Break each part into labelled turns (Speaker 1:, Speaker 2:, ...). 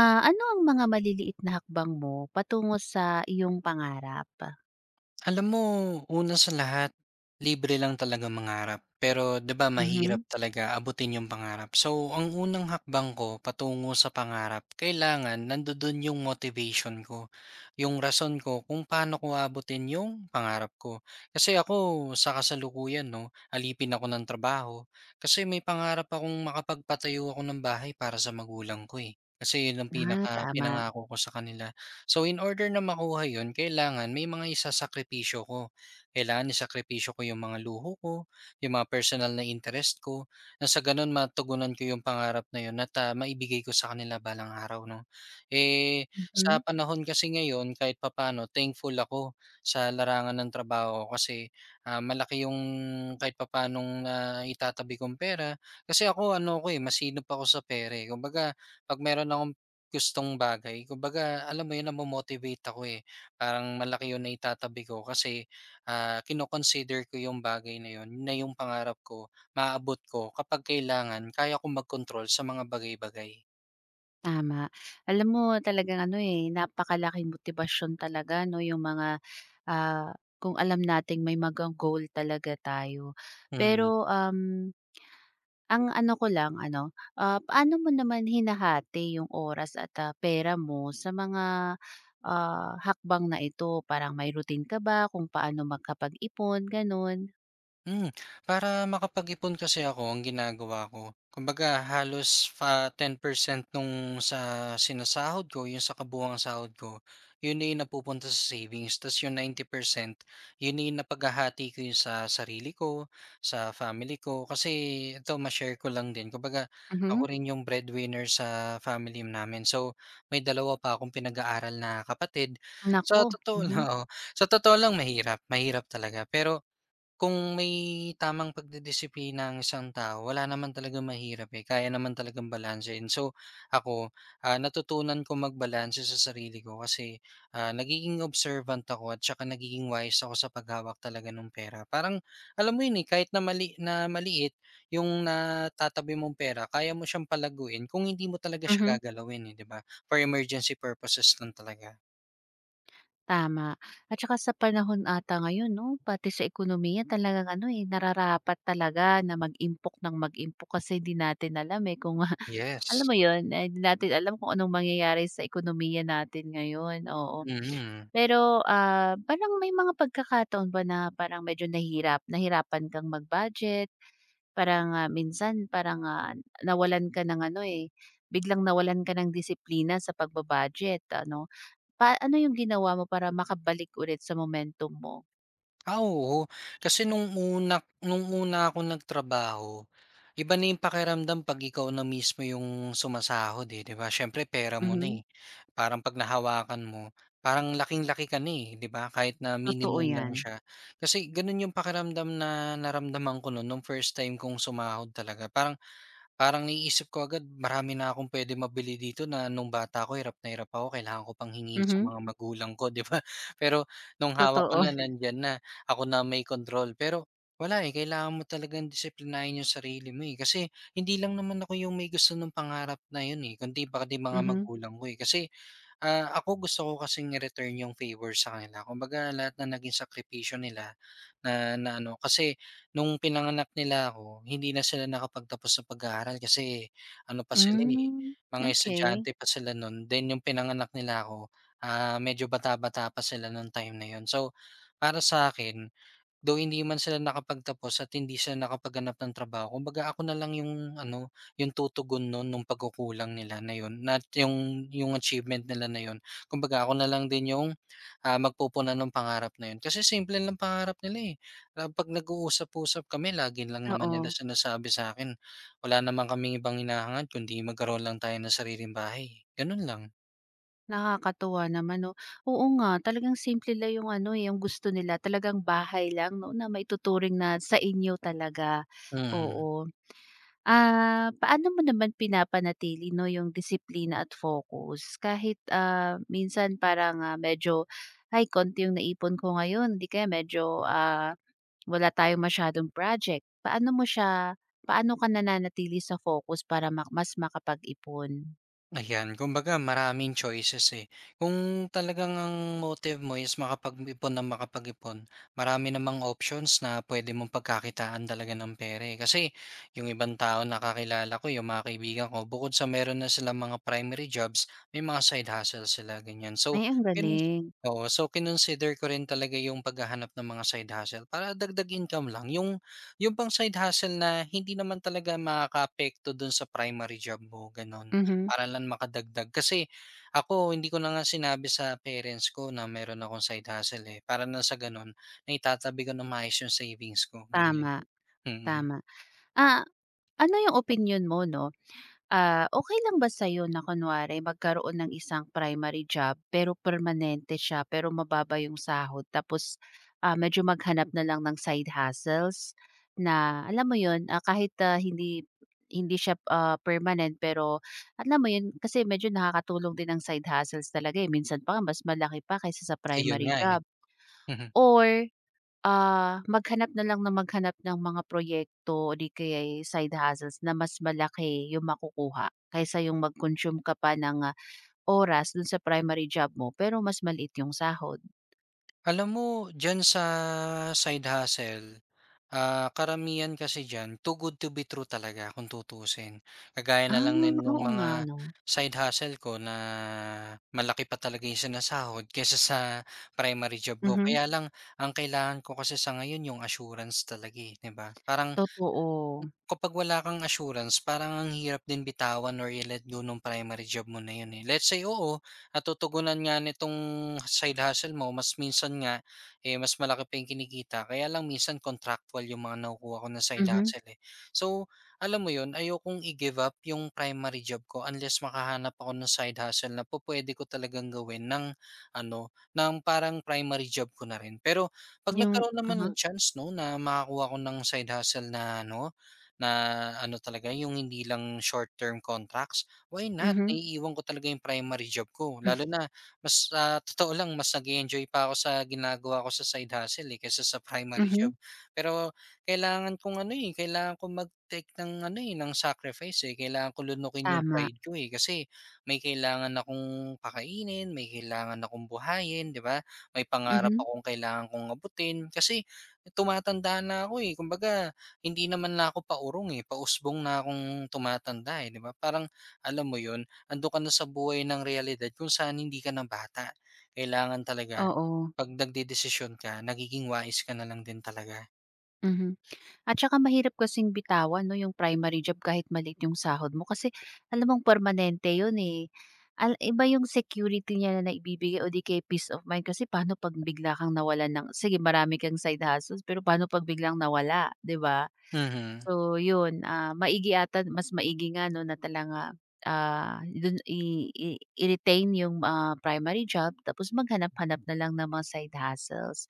Speaker 1: Ah, ano ang mga maliliit na hakbang mo patungo sa iyong pangarap?
Speaker 2: Alam mo, una sa lahat, libre lang talaga mangarap. Pero 'di ba mahirap
Speaker 1: Mhm.
Speaker 2: talaga abutin yung pangarap. So, ang unang hakbang ko patungo sa pangarap, kailangan nandoon yung motivation ko, yung rason ko kung paano ko abutin yung pangarap ko. Kasi ako sa kasalukuyan, no, alipin ako ng trabaho kasi may pangarap akong makapagpatayo ako ng bahay para sa magulang ko eh. Kasi yun ang
Speaker 1: Ah,
Speaker 2: pinaka
Speaker 1: tama.
Speaker 2: pinangako ko sa kanila. So in order na makuha 'yun kailangan may mga isasakripisyo ko. Kailangan isakripisyo ko 'yung mga luho ko, 'yung mga personal na interest ko, na sa gano'n matugunan ko 'yung pangarap na 'yun at, maibigay ko sa kanila balang araw 'no. Eh, sa
Speaker 1: Mhm.
Speaker 2: panahon kasi ngayon kahit papano thankful ako sa larangan ng trabaho ko kasi, malaki 'yung kahit papaanong naitatabi kong pera. Kasi ako ano ako, eh, masinop ako sa pera, eh. Kumbaga 'pag meron akong gustong bagay. Kumbaga alam mo yun namo-motivate ako, eh. Parang malaki yung naitatabi ko kasi, kino ko yung bagay na yun, na yung pangarap ko, maaabot ko kapag kailangan kaya kong mag-control sa mga bagay-bagay.
Speaker 1: Tama. Alam mo talagang ano, eh, napakalaking motibasyon talaga 'no, yung mga, ah, kung alam nating may mga goal talaga tayo.
Speaker 2: Mm.
Speaker 1: Pero, ang ano ko lang ano, paano mo naman hinahati yung oras at, pera mo sa mga, hakbang na ito? Parang may routine ka ba kung paano makapag-ipon, gano'n?
Speaker 2: Hmm, para makapag-ipon kasi ako ang ginagawa ko, kumbaga halos 10% nung sa sinasahod ko, yung sa kabuuang sahod ko, yun na yung napupunta sa savings. Tapos yung 90% yun na yung napaghahati ko yung sa sarili ko, sa family ko. Kasi ito, ma-share ko lang din. Kumbaga, ako
Speaker 1: Mhm.
Speaker 2: rin yung breadwinner sa family namin. So, may dalawa pa akong pinag-aaral na kapatid. Sa
Speaker 1: Nako,
Speaker 2: totoo lang,
Speaker 1: mhm,
Speaker 2: oo. Sa totoo lang mahirap, mahirap talaga. Pero kung may tamang pagdidisiplina ang isang tao, wala naman talagang mahirap, eh, kaya naman talagang balansehin. So, ako, natutunan ko magbalanse sa sarili ko kasi, nagiging observant ako at saka nagiging wise ako sa paghawak talaga ng pera. Parang alam mo yun, eh, kahit na maliit yung natatabi mong pera, kaya mo siyang palaguin kung hindi mo talaga siya
Speaker 1: mhm,
Speaker 2: gagalawin, eh, 'di ba? For emergency purposes lang talaga.
Speaker 1: tama. At saka sa panahon ata ngayon 'no, pati sa ekonomiya talagang ano, eh, nararapat talaga na mag-impok ng mag-impok kasi di natin alam, eh, kung alam
Speaker 2: Yes,
Speaker 1: mo 'yun, eh, hindi natin alam kung anong mangyayari sa ekonomiya natin ngayon, oo.
Speaker 2: mm.
Speaker 1: Pero, parang may mga pagkakataon ba na parang medyo nahirapan kang mag-budget? Parang, minsan parang, nawalan ka ng ano, eh, biglang nawalan ka ng disiplina sa pagbabudget ano? Paano yung ginawa mo para makabalik ulit sa momentum mo?
Speaker 2: Ah, oo. Kasi nung una ako nagtrabaho, iba na yung pakiramdam 'pag ikaw na mismo yung sumasahod, eh, 'di ba? Siyempre pera mo na,
Speaker 1: Mhm,
Speaker 2: eh. Parang 'pag nahawakan mo, parang laking-laki ka na, eh, 'di ba? Kahit na
Speaker 1: totoo
Speaker 2: minimum
Speaker 1: yan.
Speaker 2: lang siya. Kasi gano'n yung pakiramdam na naramdaman ko no'n nung first time kong sumahod talaga. Parang Parang naiisip ko agad marami na akong puwedeng mabili dito na nung bata ako hirap na hirap ako kailangan ko pang hingin sa
Speaker 1: Mhm,
Speaker 2: mga magulang ko, 'di ba? Pero nung hawak ko
Speaker 1: totoo.
Speaker 2: na nandiyan na, ako na may control. Pero wala, eh, kailangan mo talagang disiplinahin yung sarili mo, eh. Kasi hindi lang naman ako yung may gusto ng pangarap na yun, eh, kundi pati mga
Speaker 1: Mhm.
Speaker 2: magulang ko, eh. Kasi ako gusto ko kasing i-return yung favor sa kanila. Kumbaga lahat na naging sakripisyo nila na na ano, kasi nung pinanganak nila ako, hindi na sila nakapagtapos sa pag-aaral kasi ano pa sila, eh,
Speaker 1: Hmm,
Speaker 2: mga
Speaker 1: okey.
Speaker 2: estudyante pa sila nun. Then yung pinanganak nila ako, medyo bata-bata pa sila nung time na yun. So, para sa akin. Though hindi man sila nakapagtapos at hindi sila nakapaghanap ng trabaho, kumbaga ako na lang yung ano, yung tutugon nun nung pagkukulang nila na yun na yung achievement nila na yun. Kumbaga ako na lang din yung, magpupuna ng pangarap na yun. Kasi simple lang pangarap nila, eh. 'Pag nag-uusap-usap kami lagi lang naman nila
Speaker 1: Oo,
Speaker 2: sinasabi sa akin wala naman kaming ibang hinahangad kundi magkaroon lang tayo ng sariling bahay, ganun lang.
Speaker 1: nakakatuwa naman 'no. Oo nga, talagang simple lang yung ano, eh, yung gusto nila talagang bahay lang 'no, na maituturing na sa inyo talaga,
Speaker 2: Mm.
Speaker 1: oo. Ah, paano mo naman pinapanatili 'no, yung disiplina at focus kahit, minsan parang, medyo, "Ay konti yung naipon ko ngayon," 'di kaya medyo, wala tayong masyadong project, paano mo siya paano ka nananatili sa focus para mas makapag-ipon?
Speaker 2: Ayan, kumbaga maraming choices, eh. Kung talagang ang motive mo is makapag-ipon nang makapag-ipon, marami namang options na pwede mong pagkakitaan talaga ng pera, eh. Kasi yung ibang tao na kakilala ko, yung mga kaibigan ko, bukod sa meron na silang mga primary jobs, may mga side hustle sila, ganyan. So,
Speaker 1: Ay, ang
Speaker 2: kinons
Speaker 1: galing.
Speaker 2: oo. So, kinonsider ko rin talaga yung paghahanap ng mga side hustle para dagdag income lang. Yung pang side hustle na hindi naman talaga makakaapekto dun sa primary job mo, gano'n.
Speaker 1: Mhm,
Speaker 2: Para lang makadagdag kasi ako hindi ko na nga sinabi sa parents ko na meron akong side hustle, eh, para na sa gano'n naitatabi ko na maayos yung savings ko, ganyan.
Speaker 1: tama,
Speaker 2: Mm,
Speaker 1: tama. Ah, ano yung opinion mo 'no, okay lang ba sa'yo na kunwari magkaroon ng isang primary job pero permanente siya, pero mababa yung sahod tapos, medyo maghanap na lang ng side hustles na alam mo yun, kahit, hindi hindi siya, permanent pero alam mo yun, kasi medyo nakakatulong din ang side hustles talaga, eh, minsan pa nga mas malaki pa kaysa sa
Speaker 2: ayun
Speaker 1: primary
Speaker 2: nga, eh.
Speaker 1: job.
Speaker 2: Mhm.
Speaker 1: Or maghanap na lang ng maghanap ng mga proyekto o di kaya'y side hustles na mas malaki yung makukuha kaysa yung mag-consume ka pa ng, oras dun sa primary job mo pero mas maliit yung sahod.
Speaker 2: Alam mo diyan sa side hustle, karamihan kasi diyan too good to be true talaga kung tutuusin. Kagaya na
Speaker 1: Ah,
Speaker 2: lang din nung
Speaker 1: oo
Speaker 2: Mga
Speaker 1: nga 'no.
Speaker 2: side hustle ko na malaki pa talaga yung sinasahod kaysa sa primary job ko.
Speaker 1: Mhm,
Speaker 2: Kaya lang ang kailangan ko kasi sa ngayon yung assurance talaga, eh, 'di ba? Parang
Speaker 1: totoo.
Speaker 2: kapag wala kang assurance parang ang hirap din bitawan or i-let go nung primary job mo na yun, eh. Let's say, oo, natutugunan nga nitong side hustle mo mas minsan nga, eh, mas malaki pa yung kinikita kaya lang minsan contractual yung mga nakukuha ko na side
Speaker 1: Mhm,
Speaker 2: hustle, eh. So, alam mo yun, ayokong i-give up yung primary job ko unless makahanap ako ng side hustle na po pwede ko talagang gawin ng ano, ng parang primary job ko na rin. Pero 'pag
Speaker 1: yung
Speaker 2: nagkaroon naman
Speaker 1: uh-huh,
Speaker 2: ng chance 'no, na makakuha ako ng side hustle na ano, na ano talaga yung hindi lang short term contracts, why not?
Speaker 1: mhm,
Speaker 2: Naiiwan ko talaga yung primary job ko lalo na mas, totoo lang mas nag enjoy pa ako sa ginagawa ko sa side hustle, eh, kaysa sa primary
Speaker 1: mhm,
Speaker 2: job. Pero kailangan kong ano, eh, kailangan kong mag-take ng ano, eh, ng sacrifice, eh, kailangan ko lunukin yung
Speaker 1: tama.
Speaker 2: pride ko, eh, kasi may kailangan akong pakainin, may kailangan akong buhayin, 'di ba? May pangarap
Speaker 1: Mhm,
Speaker 2: akong kailangan kong abutin kasi tumatanda na ako, eh, kumbaga hindi naman na ako paurong, eh, pausbong na akong tumatanda, eh, 'di ba? Parang alam mo 'yun, ando ka na sa buhay ng realidad kung saan hindi ka na bata. Kailangan talaga
Speaker 1: oo,
Speaker 2: 'pag nagdedesisyon ka, nagiging wais ka na lang din talaga.
Speaker 1: mhm. At saka mahirap kasing bitawan 'no, yung primary job kahit maliit yung sahod mo kasi alam mong permanente yun, eh. Iba yung security niya na naibibigay o di kaya peace of mind kasi paano 'pag bigla kang nawalan ng sige marami kang side hustles pero paano 'pag biglang nawala, 'di ba?
Speaker 2: Mhm.
Speaker 1: So yun, maigi ata mas maigi nga 'no na talaga, dun i i-retain yung, primary job tapos maghanap-hanap na lang ng mga side hustles.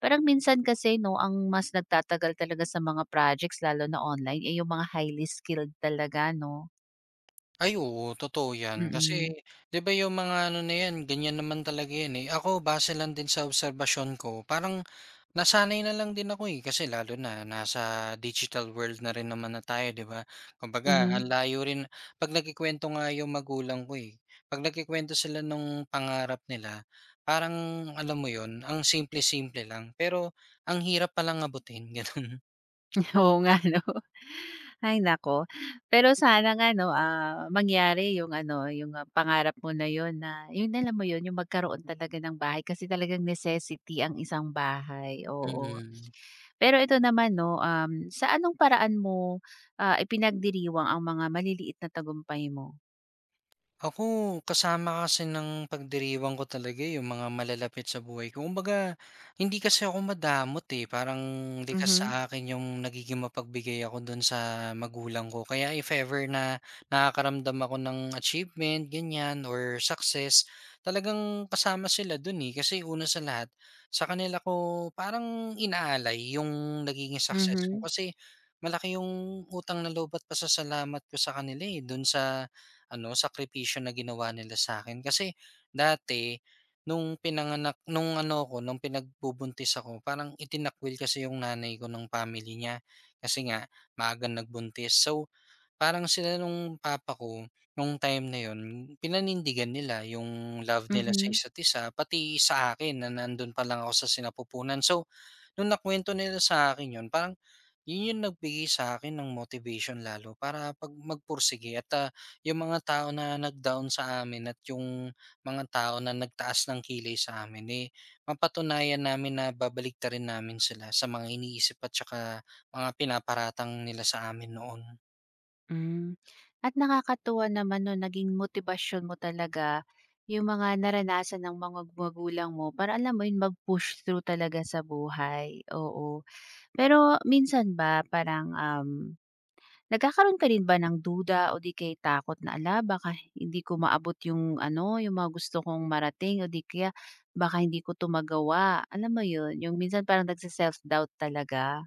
Speaker 1: Parang minsan kasi 'no ang mas nagtatagal talaga sa mga projects lalo na online, ay yung mga highly skilled talaga 'no?
Speaker 2: Ay oo, totoo 'yan. Kasi
Speaker 1: Mm,
Speaker 2: 'di ba yung mga ano na 'yan, ganyan naman talaga 'yan, eh. Ako base lang din sa obserbasyon ko, parang nasanay na lang din ako, eh, kasi lalo na nasa digital world na rin naman na tayo, 'di ba? Kumbaga
Speaker 1: mhm.
Speaker 2: ang layo rin 'pag nagkukuwento nga yung magulang ko, eh, 'pag nagkukuwento sila nung pangarap nila, parang alam mo yon, ang simple-simple lang pero ang hirap palang abutin, gano'n.
Speaker 1: Oo nga 'no. Ay nako. Pero sana nga 'no, mangyari yung ano, yung, pangarap mo na yun, alam mo yun, yung magkaroon talaga ng bahay kasi talagang necessity ang isang bahay, oo.
Speaker 2: Mm.
Speaker 1: Pero ito naman 'no, sa anong paraan mo, ipinagdiriwang ang mga maliliit na tagumpay mo?
Speaker 2: Ako, kasama kasi ng pagdiriwang ko talaga yung mga malalapit sa buhay ko. Kumbaga, hindi kasi ako madamot eh. Parang likas
Speaker 1: Mhm,
Speaker 2: sa akin yung nagiging mapagbigay ako dun sa magulang ko. Kaya if ever na nakakaramdam ako ng achievement, ganyan, or success, talagang kasama sila dun eh. Kasi una sa lahat, sa kanila ko parang inaalay yung nagiging success ko.
Speaker 1: mhm,
Speaker 2: Kasi malaki yung utang na loob at pasasalamat ko sa kanila eh. Dun sa ano, sakripisyo na ginawa nila sa akin. Kasi dati nung pinanganak nung ano ko nung pinagbubuntis ako parang itinakwil kasi yung nanay ko ng family niya kasi nga maagang nagbuntis. So, parang sila nung papa ko, nung time na yon pinanindigan nila yung love nila sa
Speaker 1: mhm.
Speaker 2: isa't isa, pati sa akin na nandun pa lang ako sa sinapupunan. So, nung nakwento nila sa akin yon parang yun yung nagbigay sa akin ng motivation lalo para pag magpursige at yung mga tao na nag-down sa amin at yung mga tao na nagtaas ng kilay sa amin eh mapatunayan namin na babalik rin namin sila sa mga iniisip at saka mga pinaparatang nila sa amin noon.
Speaker 1: Hmm, at nakakatuwa naman 'no, naging motibasyon mo talaga yung mga naranasan ng mga magulang mo para alam mo yun, mag-push through talaga sa buhay, oo. Pero minsan ba parang, nagkakaroon ka rin ba ng duda o di kaya'y takot na, "Ala, baka hindi ko maabot yung ano, yung mga gusto kong marating o di kaya baka hindi ko 'to magawa." Alam mo yun, yung minsan parang nagse-self-doubt talaga?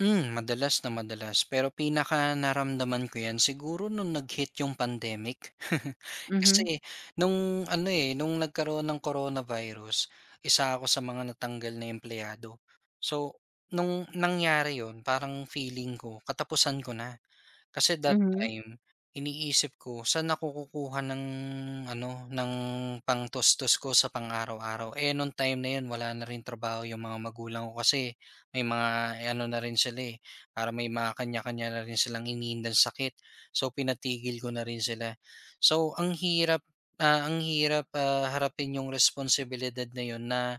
Speaker 2: Madalas na madalas. Pero pinaka pinakanaramdaman ko 'yan siguro nung nag-hit yung pandemic.
Speaker 1: Mhm,
Speaker 2: Kasi nung ano, eh, nung nagkaroon ng coronavirus, isa ako sa mga natanggal na empleyado. So, nung nangyari yon parang feeling ko katapusan ko na. Kasi that
Speaker 1: mhm,
Speaker 2: time, iniisip ko saan ako kukuha ng ano, ng pangtustos ko sa pang-araw-araw. Eh, nung time na yun wala na rin trabaho yung mga magulang ko kasi may mga eh, ano na rin sila, eh, parang may mga kanya-kanya na rin silang hinihindang sakit. So, pinatigil ko na rin sila. So, ang hirap, ang hirap, harapin yung responsibilidad na yun na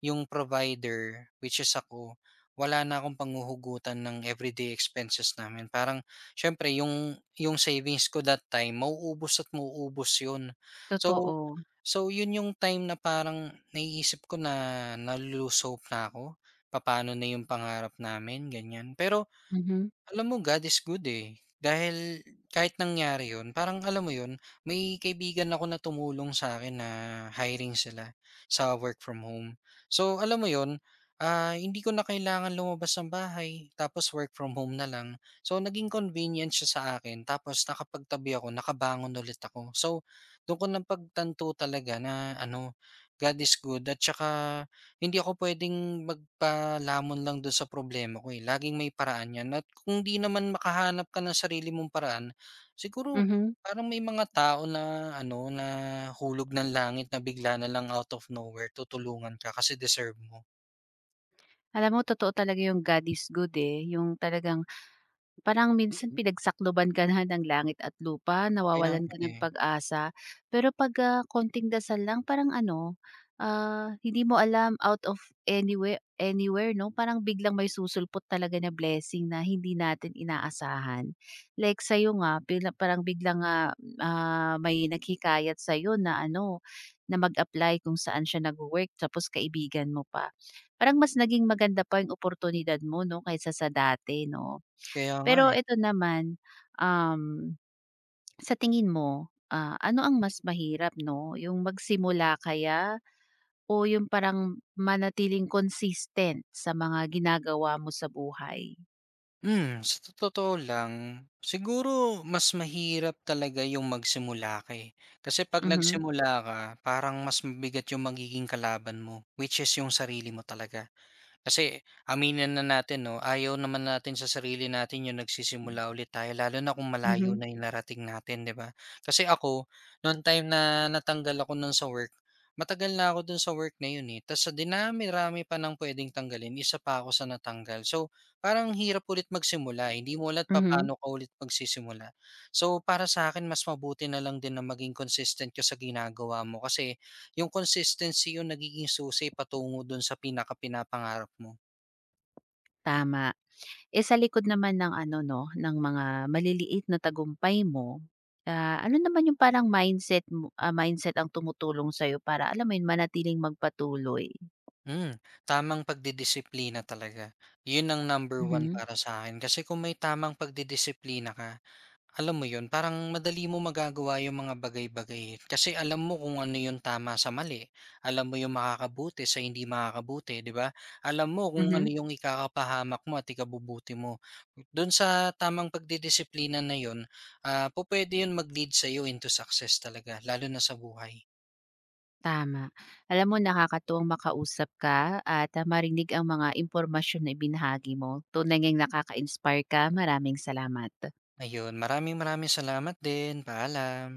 Speaker 2: yung provider, which is ako, wala na akong panghuhugutan ng everyday expenses namin. Parang siyempre yung savings ko that time mauubos at mauubos 'yun. So
Speaker 1: totoo.
Speaker 2: so 'yun yung time na parang naiisip ko na nalulusob na ako. Paano na yung pangarap namin, ganyan. Pero
Speaker 1: Mhm,
Speaker 2: alam mo God is good, eh. Dahil kahit nangyari 'yun, parang alam mo 'yun, may kaibigan ako na tumulong sa akin na hiring sila sa work from home. So, alam mo 'yun, hindi ko na kailangan lumabas ng bahay tapos work from home na lang. So, naging convenient siya sa akin tapos nakapagtabi ako, nakabangon ulit ako. So, do'n ko napagtanto talaga na ano, God is good at tsaka hindi ako pwedeng magpalamon lang do'n sa problema ko, eh, laging may paraan 'yan at kung 'di naman makahanap ka ng sarili mong paraan, siguro
Speaker 1: mhm.
Speaker 2: parang may mga tao na ano, na hulog ng langit na bigla na lang out of nowhere tutulungan ka kasi deserve mo.
Speaker 1: Alam mo totoo talaga yung God is good, eh, yung talagang parang minsan pinagsakloban ka na ng langit at lupa,
Speaker 2: Kaya
Speaker 1: nawawalan
Speaker 2: nga,
Speaker 1: ka ng
Speaker 2: eh,
Speaker 1: pag-asa. Pero 'pag, konting dasal lang parang ano, hindi mo alam out of anywhere anywhere 'no, parang biglang may susulpot talaga na blessing na hindi natin inaasahan. Like sa'yo nga bigla parang biglang, may naghikayat sa'yo na ano, na mag-apply kung saan siya nagwo-work tapos kaibigan mo pa. Parang mas naging maganda pa yung oportunidad mo 'no, kaysa sa dati 'no?
Speaker 2: kaya nga,
Speaker 1: Pero
Speaker 2: eh.
Speaker 1: ito naman, um, sa tingin mo, ano ang mas mahirap 'no, yung magsimula kaya o yung parang manatiling consistent sa mga ginagawa mo sa buhay?
Speaker 2: Sa totoo lang, siguro mas mahirap talaga yung magsimula ka, eh. Kasi 'pag
Speaker 1: Mhm.
Speaker 2: nagsimula ka, parang mas mabigat yung magiging kalaban mo, which is yung sarili mo talaga. Kasi aminin na natin 'no, ayaw naman natin sa sarili natin yung nagsisimula ulit tayo lalo na kung malayo
Speaker 1: Mhm,
Speaker 2: na yung narating natin, 'di ba? Kasi ako, nung time na natanggal ako nun sa work, matagal na ako dun sa work na yun, eh. Tas sa dinami-rami pa ng puwedeng tanggalin, isa pa ako sa natanggal. So, parang hirap ulit magsimula, eh, hindi mo alam
Speaker 1: mhm,
Speaker 2: papaano ka ulit magsisimula. So, para sa akin mas mabuti na lang din na maging consistent ka sa ginagawa mo kasi yung consistency yung nagiging susi patungo dun sa pinakapinapangarap mo.
Speaker 1: tama. Eh, sa likod naman ng ano 'no, ng mga maliliit na tagumpay mo, ano naman yung parang mindset ang tumutulong sa'yo para alam mo yun, manatiling magpatuloy?
Speaker 2: Hmm, tamang pagdidisiplina talaga. Yun ang #1
Speaker 1: Mhm,
Speaker 2: para sa akin. Kasi kung may tamang pagdidisiplina ka, alam mo 'yun, parang madali mo magagawa yung mga bagay-bagay, kasi alam mo kung ano yung tama sa mali. Alam mo yung makakabuti sa hindi makakabuti, 'di ba? Alam mo kung ano
Speaker 1: mhm.
Speaker 2: yung ikakapahamak mo at ikabubuti mo. Do'n sa tamang pagdidisiplina na 'yun, pupuwede 'yun mag-lead sa'yo into success talaga, lalo na sa buhay.
Speaker 1: Tama. Alam mo nakakatuwang makausap ka at, marinig ang mga impormasyon na ibinahagi mo. Tunay ngang nakaka-inspire ka. Maraming salamat.
Speaker 2: Ayun, maraming maraming salamat din, paalam.